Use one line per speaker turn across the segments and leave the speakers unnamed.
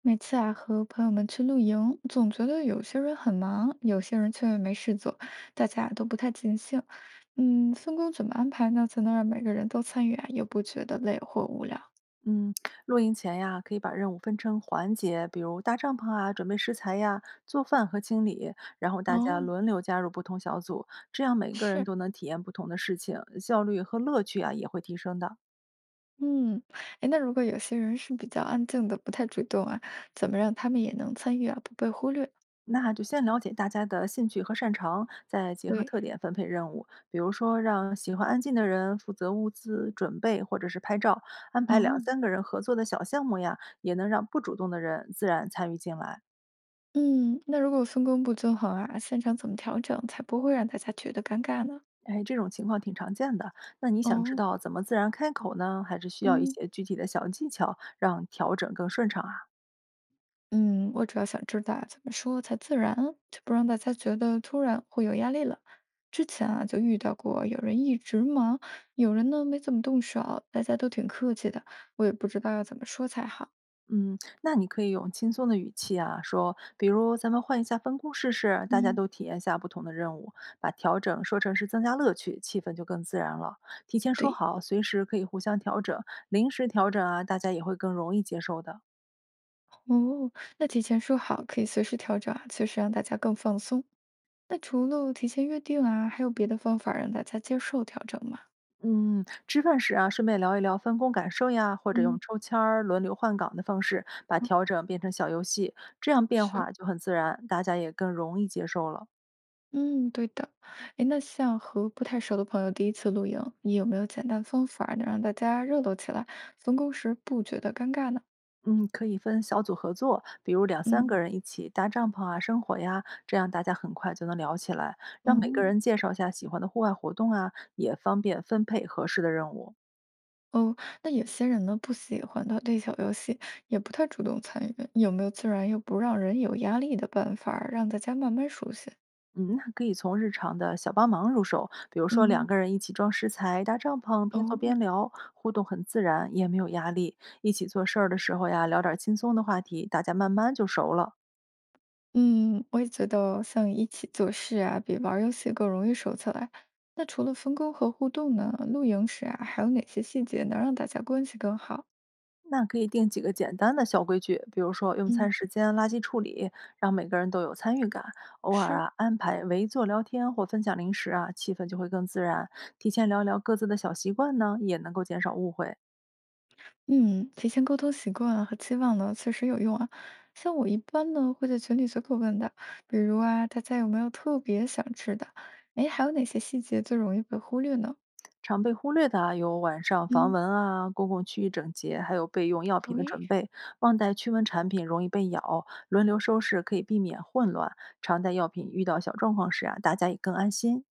每次啊和朋友们去露营，总觉得有些人很忙，有些人却没事做，大家都不太尽兴。分工怎么安排呢？才能让每个人都参与啊，又不觉得累或无聊？
嗯，露营前呀，可以把任务分成环节，比如搭帐篷啊、准备食材呀、做饭和清理，然后大家
哦。
轮流加入不同小组，这样每个人
是。
都能体验不同的事情，效率和乐趣啊也会提升的。
嗯。哎，那如果有些人是比较安静的，不太主动啊，怎么让他们也能参与啊，不被忽略？
那就先了解大家的兴趣和擅长，再结合
对。
特点分配任务。比如说，让喜欢安静的人负责物资准备或者是拍照，安排两
哦。
三个人合作的小项目呀，也能让不主动的人自然参与进来。
嗯。那如果分工不均衡啊，现场怎么调整才不会让大家觉得尴尬呢？
哎，这种情况挺常见的。那你想知
哦。
道怎么自然开口呢？还是需要一
嗯。
些具体的小技巧，让调整更顺畅啊？
嗯，我主要想知道怎么说才自然，就不让大家觉得突然会有压力了。之前啊，就遇到过有人一直忙，有人呢没怎么动手，大家都挺客气的，我也不知道要怎么说才好。
嗯，那你可以用轻松的语气啊，说，比如咱们换一下分工试试，大家
嗯。
都体验下不同的任务，把调整说成是增加乐趣，气氛就更自然了。提前说
对。
好，随时可以互相调整，临时调整啊，大家也会更容易接受的。
哦。那提前说好可以随时调整啊，确实让大家更放松。那除了提前约定啊，还有别的方法让大家接受调整吗？
嗯，吃饭时啊，顺便聊一聊分工感受呀，或者用
嗯。
抽签儿、轮流换岗的方式，把
好。
调整变成小游戏，这样变
是。
化就很自然，大家也更容易接受了。
嗯。对的。哎，那像和不太熟的朋友第一次露营，你有没有简单方法能让大家热闹起来，分工时不觉得尴尬呢？
嗯，可以分小组合作，比如两三
嗯。
个人一起搭帐篷啊、生火呀，这样大家很快就能聊起来。让每个
哦。
人介绍下喜欢的户外活动啊，也方便分配合适的任务。
哦。那有些人呢不喜欢团队小游戏，也不太主动参与，有没有自然又不让人有压力的办法儿让大家慢慢熟悉？
嗯，那可以从日常的小帮忙入手，比如说两
嗯。
个人一起装食材、搭帐篷，
哦。
边做边聊，互动很自然，也没有压力。一起做事儿的时候呀，聊点儿轻松的话题，大家慢慢就熟了。
嗯，我也觉得像一起做事啊，比玩儿游戏更容易熟起来。那除了分工和互动呢，露营时啊，还有哪些细节能让大家关系更好？
那可以定几个简单的小规矩，比如说用
嗯。
餐时间、垃圾处理，让每个人都有参与感。偶尔
是。
啊，安排围坐聊天或分享零食啊，气氛就会更自然。提前聊聊各自的小习惯呢，也能够减少误会。
嗯，提前沟通习惯啊和期望呢，确实有用啊。像我一般呢，会在群里随口问的，比如啊，大家有没有特别想吃的？哎，还有哪些细节最容易被忽略呢？
常被忽略的啊，有晚上防
嗯。
蚊啊、公共区域整洁，还有备用药品的
对。
准备。忘带驱蚊产品容易被咬，轮流收拾可以避免混乱。常带药品，遇到小状况时啊，大家也更安心。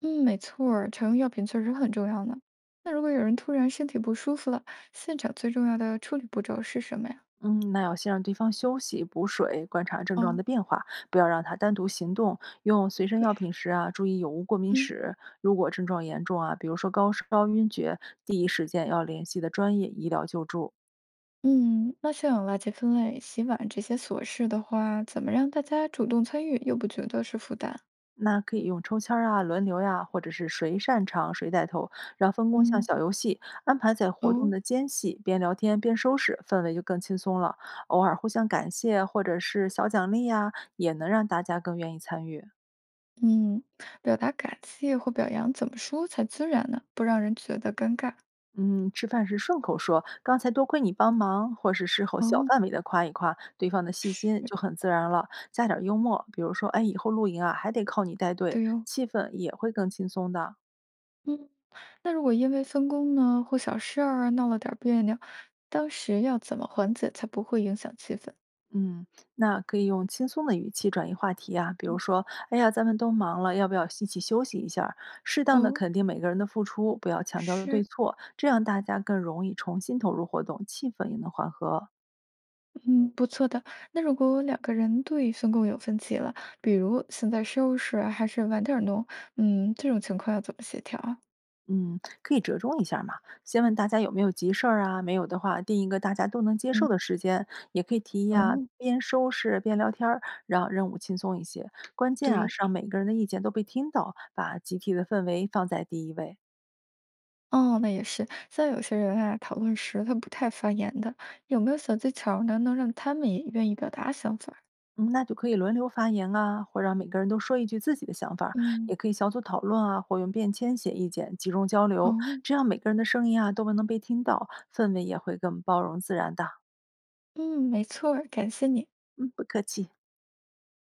嗯，没错儿，常用药品确实很重要呢。那如果有人突然身体不舒服了，现场最重要的处理步骤是什么呀？
嗯，那要先让对方休息、补水，观察症状的
哦。
变化，不要让他单独行动。用随身
对
药
呀。
品时啊，注意有无过敏
嗯
史。如果症状严重啊，比如说高烧、晕厥，第一时间要联系的专业医疗救助。
嗯。那像有垃圾分类、洗碗这些琐事的话，怎么让大家主动参与，又不觉得是负担？
那可以用抽签儿啊、轮流呀、或者是谁擅长谁带头，然后分工像
嗯。
小游戏，安排在活动
哦。
的间隙，边聊天边收拾，氛围就更轻松了。偶尔互相感谢或者是小奖励呀、也能让大家更愿意参与。
嗯，表达感谢或表扬怎么说才自然呢？不让人觉得尴尬。
嗯，吃饭时顺口说“刚才多亏你帮忙”，或是事后小
哦。
范围的夸一夸对方的细心，
是。
就很自然了。加点儿幽默，比如说“哎，以后露营啊还得靠你带队”，
对哦。
气氛也会更轻松的。
嗯。那如果因为分工呢或小事儿啊闹了点儿别扭，当时要怎么缓解才不会影响气氛？
嗯，那可以用轻松的语气转移话题啊，比如
嗯。
说，哎呀，咱们都忙了，要不要一起休息一下儿。适当的
哦。
肯定每个人的付出，不要强调对
是。
错，这样大家更容易重新投入活动，气氛也能缓和。
嗯，不错的。那如果两个人对分工有分歧了，比如现在收拾啊还是晚点儿弄，这种情况要怎么协调啊？
嗯，可以折中一下儿嘛，先问大家有没有急事儿啊，没有的话，定一个大家都能接
嗯。
受的时间，也可以提议啊，
哦。
边收拾边聊天儿，让任务轻松一些。关键啊，
对。
是让每个人的意见都被听到，把集体的氛围放在第一位。
哦。那也是。像有些人啊，讨论时他不太发言的，有没有小技巧呢，能让他们也愿意表达想法儿？
嗯，那就可以轮流发言啊，或让每个人都说一句自己的想法儿。也
嗯。
可以小组讨论啊，或用便签写意见，集中交流，
哦。
这样每个人的声音啊都能被听到，氛围也会更包容自然的。
嗯，没错儿感谢你。
嗯，不客气。